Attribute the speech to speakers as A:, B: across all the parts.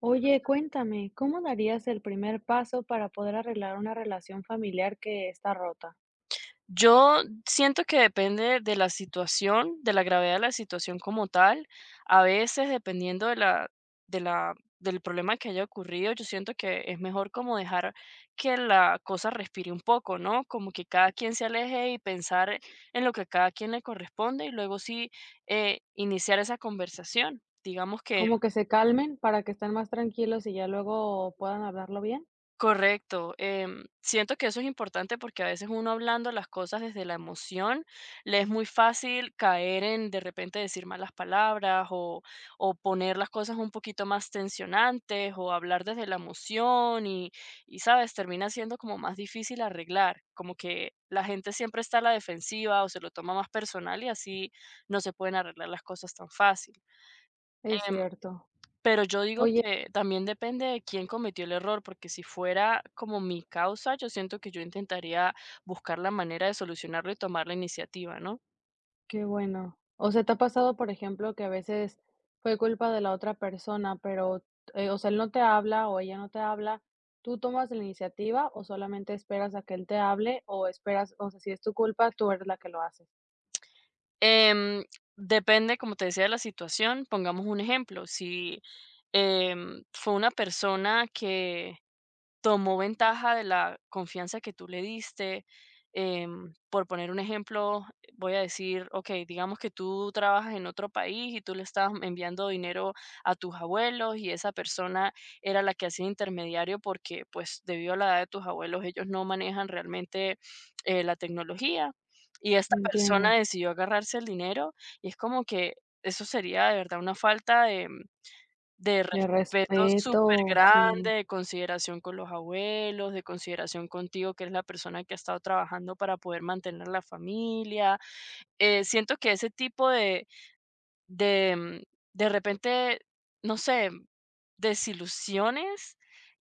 A: Oye, cuéntame, ¿cómo darías el primer paso para poder arreglar una relación familiar que está rota?
B: Yo siento que depende de la situación, de la gravedad de la situación como tal. A veces, dependiendo de la, del problema que haya ocurrido, yo siento que es mejor como dejar que la cosa respire un poco, ¿no? Como que cada quien se aleje y pensar en lo que a cada quien le corresponde y luego sí iniciar esa conversación. Digamos que
A: Como que se calmen para que estén más tranquilos y ya luego puedan hablarlo bien.
B: correcto. Siento que eso es importante porque a veces uno hablando las cosas desde la emoción, le es muy fácil caer en de repente decir malas palabras o poner las cosas un poquito más tensionantes o hablar desde la emoción y sabes, termina siendo como más difícil arreglar, como que la gente siempre está a la defensiva o se lo toma más personal y así no se pueden arreglar las cosas tan fácil.
A: Es cierto.
B: Pero yo digo
A: Oye,
B: que también depende de quién cometió el error, porque si fuera como mi causa, yo siento que yo intentaría buscar la manera de solucionarlo y tomar la iniciativa, ¿no?
A: qué bueno. O sea, ¿te ha pasado, por ejemplo, que a veces fue culpa de la otra persona, pero, o sea, él no te habla o ella no te habla? ¿Tú tomas la iniciativa o solamente esperas a que él te hable o esperas, o sea, si es tu culpa, tú eres la que lo haces?
B: Em, Depende, como te decía, de la situación. Pongamos un ejemplo. Si fue una persona que tomó ventaja de la confianza que tú le diste. Por poner un ejemplo, voy a decir, ok, digamos que tú trabajas en otro país y tú le estás enviando dinero a tus abuelos y esa persona era la que hacía intermediario porque pues debido a la edad de tus abuelos ellos no manejan realmente la tecnología y esta persona
A: Entiendo.
B: decidió agarrarse el dinero y es como que eso sería de verdad una falta de
A: De
B: respeto súper
A: respeto,
B: grande,
A: sí.
B: de consideración con los abuelos, de consideración contigo, que eres la persona que ha estado trabajando para poder mantener la familia. Siento que ese tipo de de repente, no sé, desilusiones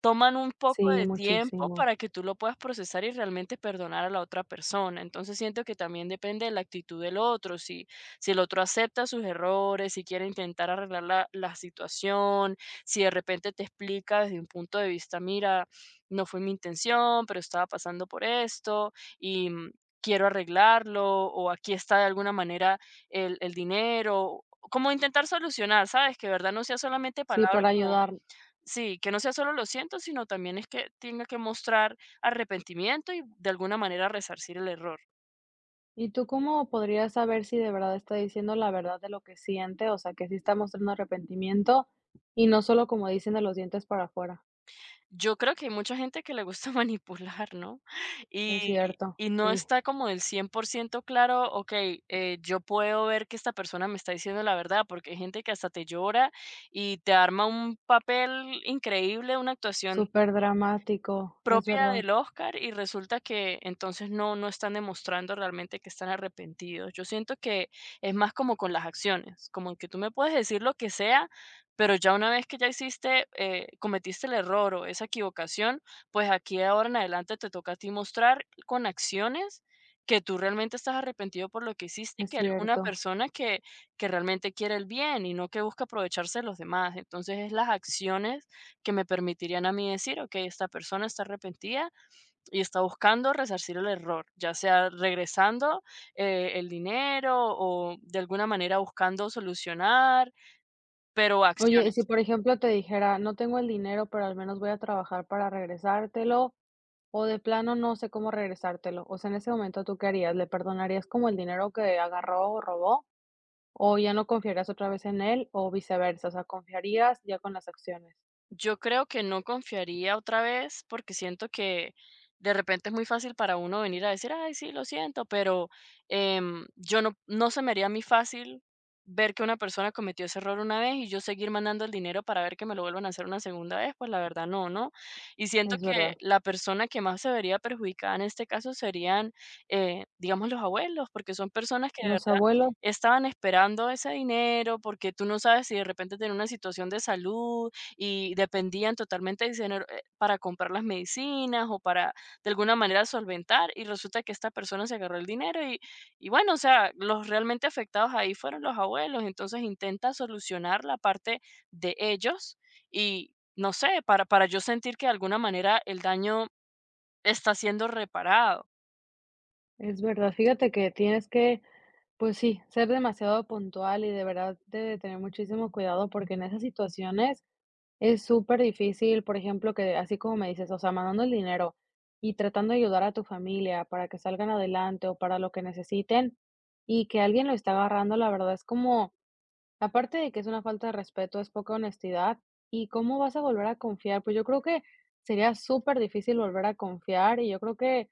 B: toman un poco
A: Sí,
B: de tiempo
A: muchísimo.
B: para que tú lo puedas procesar y realmente perdonar a la otra persona. Entonces siento que también depende de la actitud del otro, si, si el otro acepta sus errores, si quiere intentar arreglar la situación, si de repente te explica desde un punto de vista, mira, no fue mi intención, pero estaba pasando por esto y quiero arreglarlo o aquí está de alguna manera el dinero, como intentar solucionar, ¿sabes? Que de verdad no sea solamente
A: Sí,
B: palabras.
A: para
B: Como
A: ayudar.
B: sí, que no sea solo lo siento, sino también es que tenga que mostrar arrepentimiento y de alguna manera resarcir el error.
A: ¿Y tú cómo podrías saber si de verdad está diciendo la verdad de lo que siente? O sea, que sí está mostrando arrepentimiento y no solo como dicen de los dientes para afuera.
B: Yo creo que hay mucha gente que le gusta manipular, ¿no?
A: Es
B: Y
A: cierto,
B: y no
A: sí.
B: está como del 100% claro, okey, yo puedo ver que esta persona me está diciendo la verdad, porque hay gente que hasta te llora y te arma un papel increíble, una actuación
A: Súper dramático, es
B: propia
A: verdad,
B: del Oscar, y resulta que entonces no están demostrando realmente que están arrepentidos. Yo siento que es más como con las acciones, como que tú me puedes decir lo que sea, pero ya una vez que ya hiciste, cometiste el error o esa equivocación, pues aquí de ahora en adelante te toca a ti mostrar con acciones que tú realmente estás arrepentido por lo que hiciste y
A: es
B: que eres una
A: cierto.
B: persona que realmente quiere el bien y no que busca aprovecharse de los demás. Entonces es las acciones que me permitirían a mí decir: "Okey, esta persona está arrepentida y está buscando resarcir el error", ya sea regresando, el dinero o de alguna manera buscando solucionar, pero
A: Oye, y si
B: acciones.
A: por ejemplo te dijera, no tengo el dinero, pero al menos voy a trabajar para regresártelo, o de plano no sé cómo regresártelo. O sea, en ese momento, ¿tú qué harías? ¿Le perdonarías como el dinero que agarró o robó? O ya no confiarías otra vez en él, o viceversa, o sea, confiarías ya con las acciones.
B: Yo creo que no confiaría otra vez, porque siento que de repente es muy fácil para uno venir a decir, ay, sí, lo siento, pero yo no se me haría a mí fácil ver que una persona cometió ese error una vez y yo seguir mandando el dinero para ver que me lo vuelvan a hacer una segunda vez, pues la verdad no, ¿no? Y siento
A: Es
B: que
A: verdad.
B: la persona que más se vería perjudicada en este caso serían, digamos, los abuelos, porque son personas que de
A: Los
B: verdad
A: abuelos,
B: estaban esperando ese dinero, porque tú no sabes si de repente tienen una situación de salud y dependían totalmente de ese dinero, para comprar las medicinas o para de alguna manera solventar, y resulta que esta persona se agarró el dinero y bueno, o sea, los realmente afectados ahí fueron los abuelos, entonces intenta solucionar la parte de ellos y no sé, para yo sentir que de alguna manera el daño está siendo reparado.
A: es verdad. Fíjate que tienes que, pues sí, ser demasiado puntual y de verdad de tener muchísimo cuidado, porque en esas situaciones es súper difícil, por ejemplo, que así como me dices, o sea, mandando el dinero y tratando de ayudar a tu familia para que salgan adelante o para lo que necesiten y que alguien lo está agarrando, la verdad es como aparte de que es una falta de respeto, es poca honestidad. ¿Y cómo vas a volver a confiar? Pues yo creo que sería súper difícil volver a confiar y yo creo que,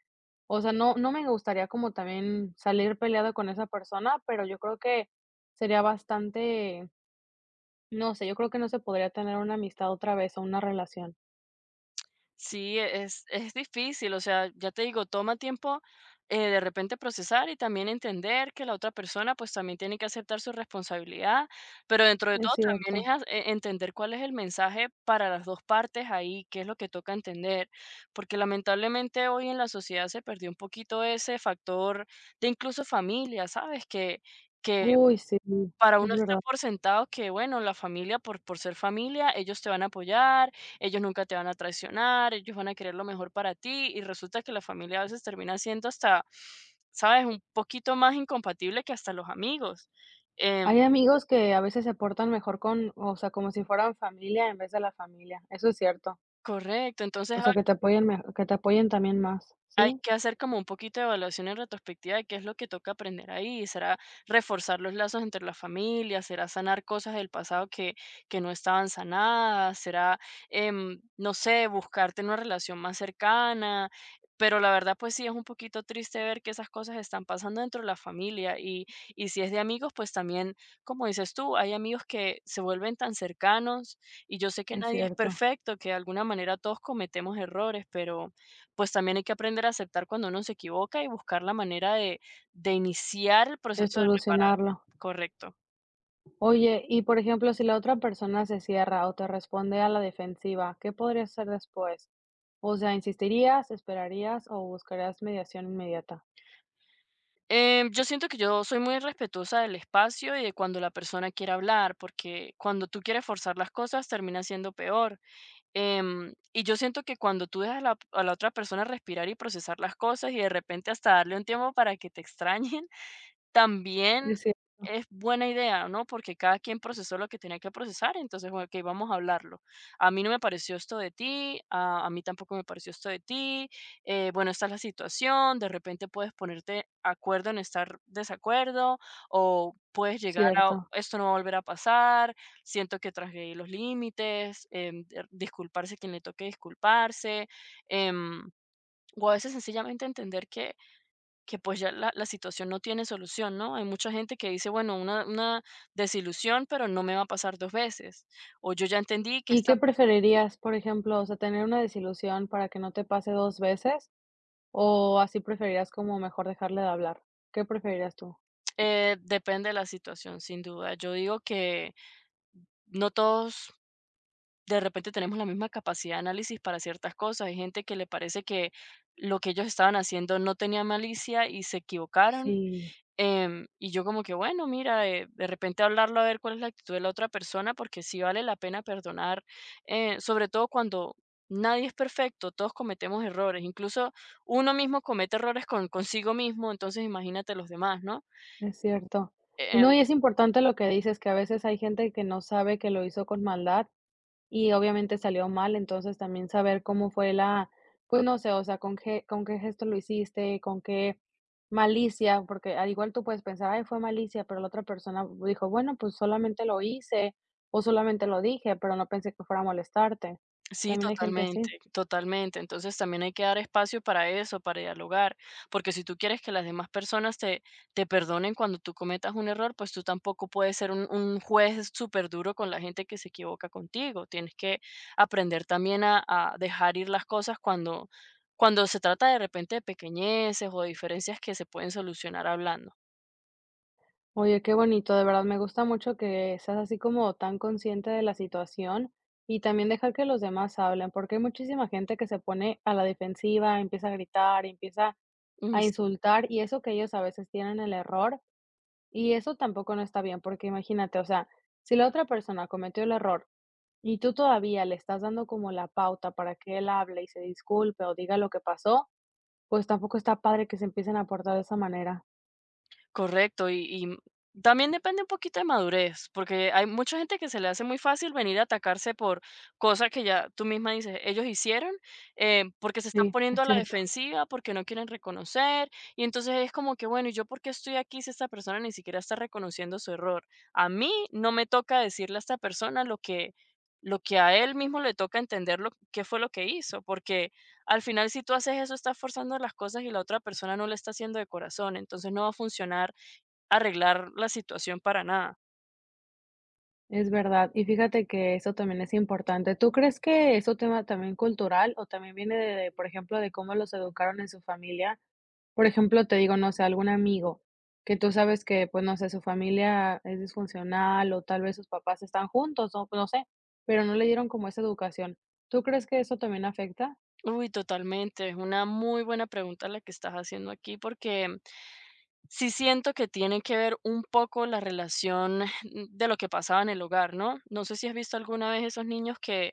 A: o sea, no me gustaría como también salir peleado con esa persona, pero yo creo que sería bastante, no sé, yo creo que no se podría tener una amistad otra vez o una relación.
B: Sí, es difícil, o sea, ya te digo, toma tiempo de repente procesar y también entender que la otra persona pues también tiene que aceptar su responsabilidad, pero dentro de
A: Es
B: todo también es
A: cierto.
B: entender cuál es el mensaje para las dos partes ahí, qué es lo que toca entender, porque lamentablemente hoy en la sociedad se perdió un poquito ese factor de incluso familia, ¿sabes? Que
A: Uy, sí,
B: Para
A: es
B: uno está
A: verdad.
B: por sentado que, bueno, la familia, por ser familia, ellos te van a apoyar, ellos nunca te van a traicionar, ellos van a querer lo mejor para ti, y resulta que la familia a veces termina siendo hasta, ¿sabes?, un poquito más incompatible que hasta los amigos. Em
A: Hay amigos que a veces se portan mejor con, o sea, como si fueran familia en vez de la familia. Eso es cierto.
B: Correcto, entonces
A: O
B: a
A: sea, que te apoyen me que te apoyen también más.
B: hay
A: Sí,
B: que hacer como un poquito de evaluación en retrospectiva de qué es lo que toca aprender ahí. ¿Será reforzar los lazos entre las familias? ¿Será sanar cosas del pasado que no estaban sanadas? ¿Será, no sé, buscarte una relación más cercana? Pero la verdad, pues sí, es un poquito triste ver que esas cosas están pasando dentro de la familia. Y si es de amigos, pues también, como dices tú, hay amigos que se vuelven tan cercanos. Y yo sé que
A: es
B: nadie es
A: cierto.
B: perfecto, que de alguna manera todos cometemos errores, pero pues también hay que aprender a aceptar cuando uno se equivoca y buscar la manera de iniciar el
A: Es
B: proceso de reparar,
A: solucionarlo.
B: correcto.
A: Oye, y por ejemplo, si la otra persona se cierra o te responde a la defensiva, ¿qué podrías hacer después? O sea, ¿insistirías, esperarías o buscarías mediación inmediata?
B: Yo siento que yo soy muy respetuosa del espacio y de cuando la persona quiere hablar, porque cuando tú quieres forzar las cosas termina siendo peor. Y yo siento que cuando tú dejas la a la otra persona respirar y procesar las cosas y de repente hasta darle un tiempo para que te extrañen, también
A: Es cierto,
B: es buena idea, ¿no? Porque cada quien procesó lo que tenía que procesar, entonces, bueno, okey, vamos a hablarlo. A mí no me pareció esto de ti, a mí tampoco me pareció esto de ti, bueno, esta es la situación, de repente puedes ponerte acuerdo en estar desacuerdo o puedes llegar a
A: cierto.
B: esto no va a volver a pasar, siento que transgredí los límites, disculparse a quien le toque disculparse, em, o a veces sencillamente entender que pues ya la situación no tiene solución, ¿no? Hay mucha gente que dice, bueno, una desilusión, pero no me va a pasar 2 veces. O yo ya entendí que
A: ¿Y
B: esta-
A: qué preferirías, por ejemplo, o sea, tener una desilusión para que no te pase 2 veces o así preferirías como mejor dejarle de hablar? ¿Qué preferirías tú?
B: depende de la situación, sin duda. Yo digo que no todos de repente tenemos la misma capacidad de análisis para ciertas cosas. Hay gente que le parece que lo que ellos estaban haciendo no tenía malicia y se equivocaron.
A: Sí.
B: Y yo como que, bueno, mira, de repente hablarlo a ver cuál es la actitud de la otra persona, porque sí vale la pena perdonar, sobre todo cuando nadie es perfecto, todos cometemos errores, incluso uno mismo comete errores consigo mismo, entonces imagínate los demás, ¿no?
A: Es cierto. Y
B: Eh,
A: no, y es importante lo que dices, que a veces hay gente que no sabe que lo hizo con maldad y obviamente salió mal, entonces también saber cómo fue la, pues no sé, o sea, con qué gesto lo hiciste, con qué malicia, porque al igual tú puedes pensar, ay, fue malicia, pero la otra persona dijo, bueno, pues solamente lo hice o solamente lo dije, pero no pensé que fuera a molestarte.
B: sí,
A: También hay gente
B: totalmente,
A: así.
B: totalmente. Entonces también hay que dar espacio para eso, para dialogar, porque si tú quieres que las demás personas te perdonen cuando tú cometas un error, pues tú tampoco puedes ser un juez súper duro con la gente que se equivoca contigo. Tienes que aprender también a dejar ir las cosas cuando, cuando se trata de repente de pequeñeces o de diferencias que se pueden solucionar hablando.
A: Oye, qué bonito, de verdad me gusta mucho que seas así como tan consciente de la situación y también dejar que los demás hablen, porque hay muchísima gente que se pone a la defensiva, empieza a gritar, empieza a insultar y eso que ellos a veces tienen el error y eso tampoco no está bien, porque imagínate, o sea, si la otra persona cometió el error y tú todavía le estás dando como la pauta para que él hable y se disculpe o diga lo que pasó, pues tampoco está padre que se empiecen a portar de esa manera.
B: Correcto, y también depende un poquito de madurez, porque hay mucha gente que se le hace muy fácil venir a atacarse por cosas que ya tú misma dices, ellos hicieron, porque se están
A: Sí, es
B: poniendo a la
A: cierto.
B: defensiva, porque no quieren reconocer, y entonces es como que, bueno, ¿y yo por qué estoy aquí si esta persona ni siquiera está reconociendo su error? A mí no me toca decirle a esta persona lo que a él mismo le toca entender lo qué fue lo que hizo, porque al final si tú haces eso, estás forzando las cosas y la otra persona no lo está haciendo de corazón, entonces no va a funcionar arreglar la situación para nada.
A: Es verdad. Y fíjate que eso también es importante. ¿Tú crees que es un tema también cultural o también viene de, por ejemplo, de cómo los educaron en su familia? Por ejemplo, te digo, no sé, algún amigo que tú sabes que, pues, no sé, su familia es disfuncional o tal vez sus papás están juntos, o no sé, pero no le dieron como esa educación. ¿Tú crees que eso también afecta?
B: Uy, totalmente. Es una muy buena pregunta la que estás haciendo aquí porque sí siento que tiene que ver un poco la relación de lo que pasaba en el hogar, ¿no? No sé si has visto alguna vez esos niños que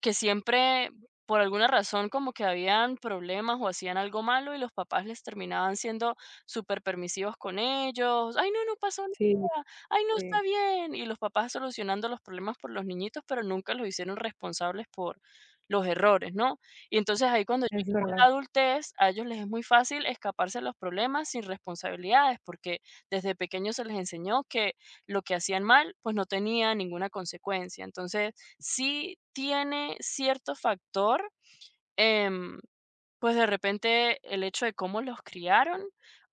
B: que siempre, por alguna razón, como que habían problemas o hacían algo malo y los papás les terminaban siendo súper permisivos con ellos. Ay, no, no pasó
A: Sí,
B: nada. Ay, no está
A: sí,
B: bien. Y los papás solucionando los problemas por los niñitos, pero nunca los hicieron responsables por los errores, ¿no? Y entonces ahí cuando
A: es verdad.
B: la adultez, a ellos les es muy fácil escaparse de los problemas sin responsabilidades, porque desde pequeños se les enseñó que lo que hacían mal, pues no tenía ninguna consecuencia. Entonces, sí tiene cierto factor, em, pues de repente el hecho de cómo los criaron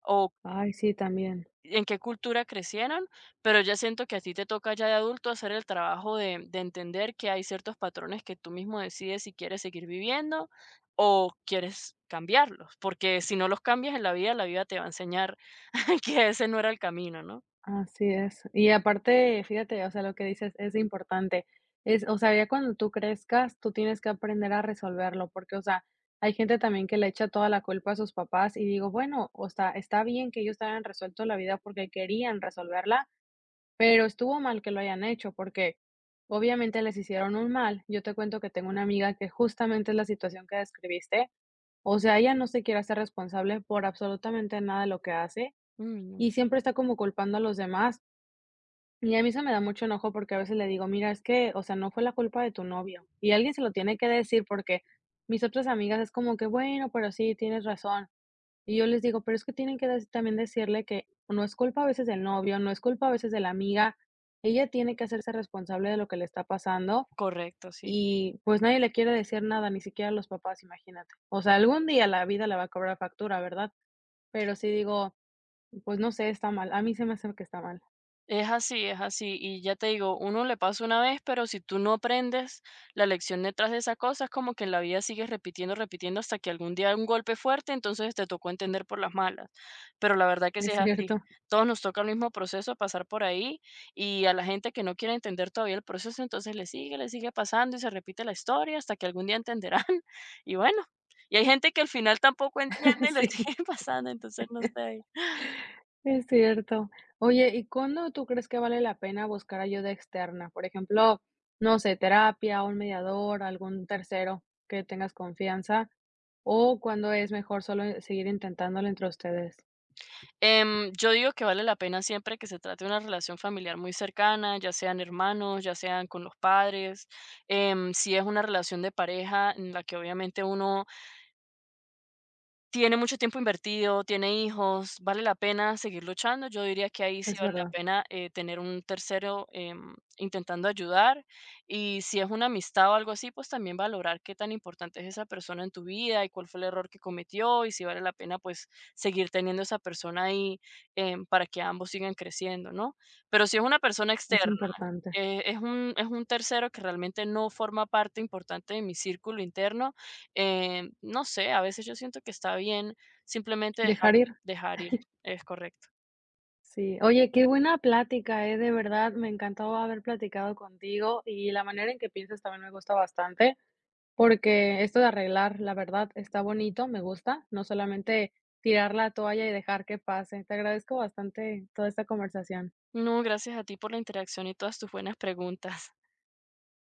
B: o
A: Ay, sí, también.
B: en qué cultura crecieron, pero ya siento que a ti te toca ya de adulto hacer el trabajo de entender que hay ciertos patrones que tú mismo decides si quieres seguir viviendo o quieres cambiarlos, porque si no los cambias en la vida te va a enseñar que ese no era el camino, ¿no?
A: Así es. Y aparte, fíjate, o sea, lo que dices es importante. Es, o sea, ya cuando tú crezcas, tú tienes que aprender a resolverlo, porque, o sea, hay gente también que le echa toda la culpa a sus papás y digo, bueno, o sea, está bien que ellos te hayan resuelto la vida porque querían resolverla, pero estuvo mal que lo hayan hecho porque obviamente les hicieron un mal. Yo te cuento que tengo una amiga que justamente es la situación que describiste. O sea, ella no se quiere hacer responsable por absolutamente nada de lo que hace
B: Mm,
A: y siempre está como culpando a los demás y a mí eso me da mucho enojo porque a veces le digo: "Mira, es que, o sea, no fue la culpa de tu novio". Y alguien se lo tiene que decir porque mis otras amigas es como que: "Bueno, pero sí, tienes razón". Y yo les digo: "Pero es que tienen que des también decirle que no es culpa a veces del novio, no es culpa a veces de la amiga. Ella tiene que hacerse responsable de lo que le está pasando",
B: correcto, sí.
A: y pues nadie le quiere decir nada, ni siquiera los papás, imagínate. O sea, algún día la vida le va a cobrar factura, ¿verdad? Pero sí digo, pues no sé, está mal. A mí se me hace que está mal.
B: Es así, es así. Y ya te digo, uno le pasa una vez, pero si tú no aprendes la lección detrás de esa cosa, es como que en la vida sigues repitiendo, repitiendo hasta que algún día un golpe fuerte, entonces te tocó entender por las malas. Pero la verdad que sí
A: Es
B: es así.
A: cierto.
B: Todos nos toca el mismo proceso, pasar por ahí, y a la gente que no quiere entender todavía el proceso, entonces le sigue pasando y se repite la historia hasta que algún día entenderán. Y bueno, y hay gente que al final tampoco entiende y le
A: Sí.
B: sigue pasando, entonces no sé.
A: Es cierto. Oye, ¿y cuándo tú crees que vale la pena buscar ayuda externa? Por ejemplo, no sé, terapia, un mediador, algún tercero que tengas confianza, o cuando es mejor solo seguir intentándolo entre ustedes.
B: Yo digo que vale la pena siempre que se trate de una relación familiar muy cercana, ya sean hermanos, ya sean con los padres. Si es una relación de pareja en la que obviamente uno tiene mucho tiempo invertido, tiene hijos, vale la pena seguir luchando. Yo diría que ahí sí
A: Es
B: vale la
A: verdad,
B: pena tener un tercero intentando ayudar, y si es una amistad o algo así, pues también valorar qué tan importante es esa persona en tu vida y cuál fue el error que cometió y si vale la pena pues seguir teniendo esa persona ahí para que ambos sigan creciendo, ¿no? Pero si es una persona
A: es
B: externa
A: importante.
B: es un tercero que realmente no forma parte importante de mi círculo interno, no sé, a veces yo siento que está bien simplemente dejar
A: Dejar ir.
B: dejar ir, es correcto.
A: Sí. Oye, qué buena plática, de verdad, me encantó haber platicado contigo y la manera en que piensas también me gusta bastante. Porque esto de arreglar, la verdad, está bonito, me gusta, no solamente tirar la toalla y dejar que pase. Te agradezco bastante toda esta conversación.
B: No, gracias a ti por la interacción y todas tus buenas preguntas.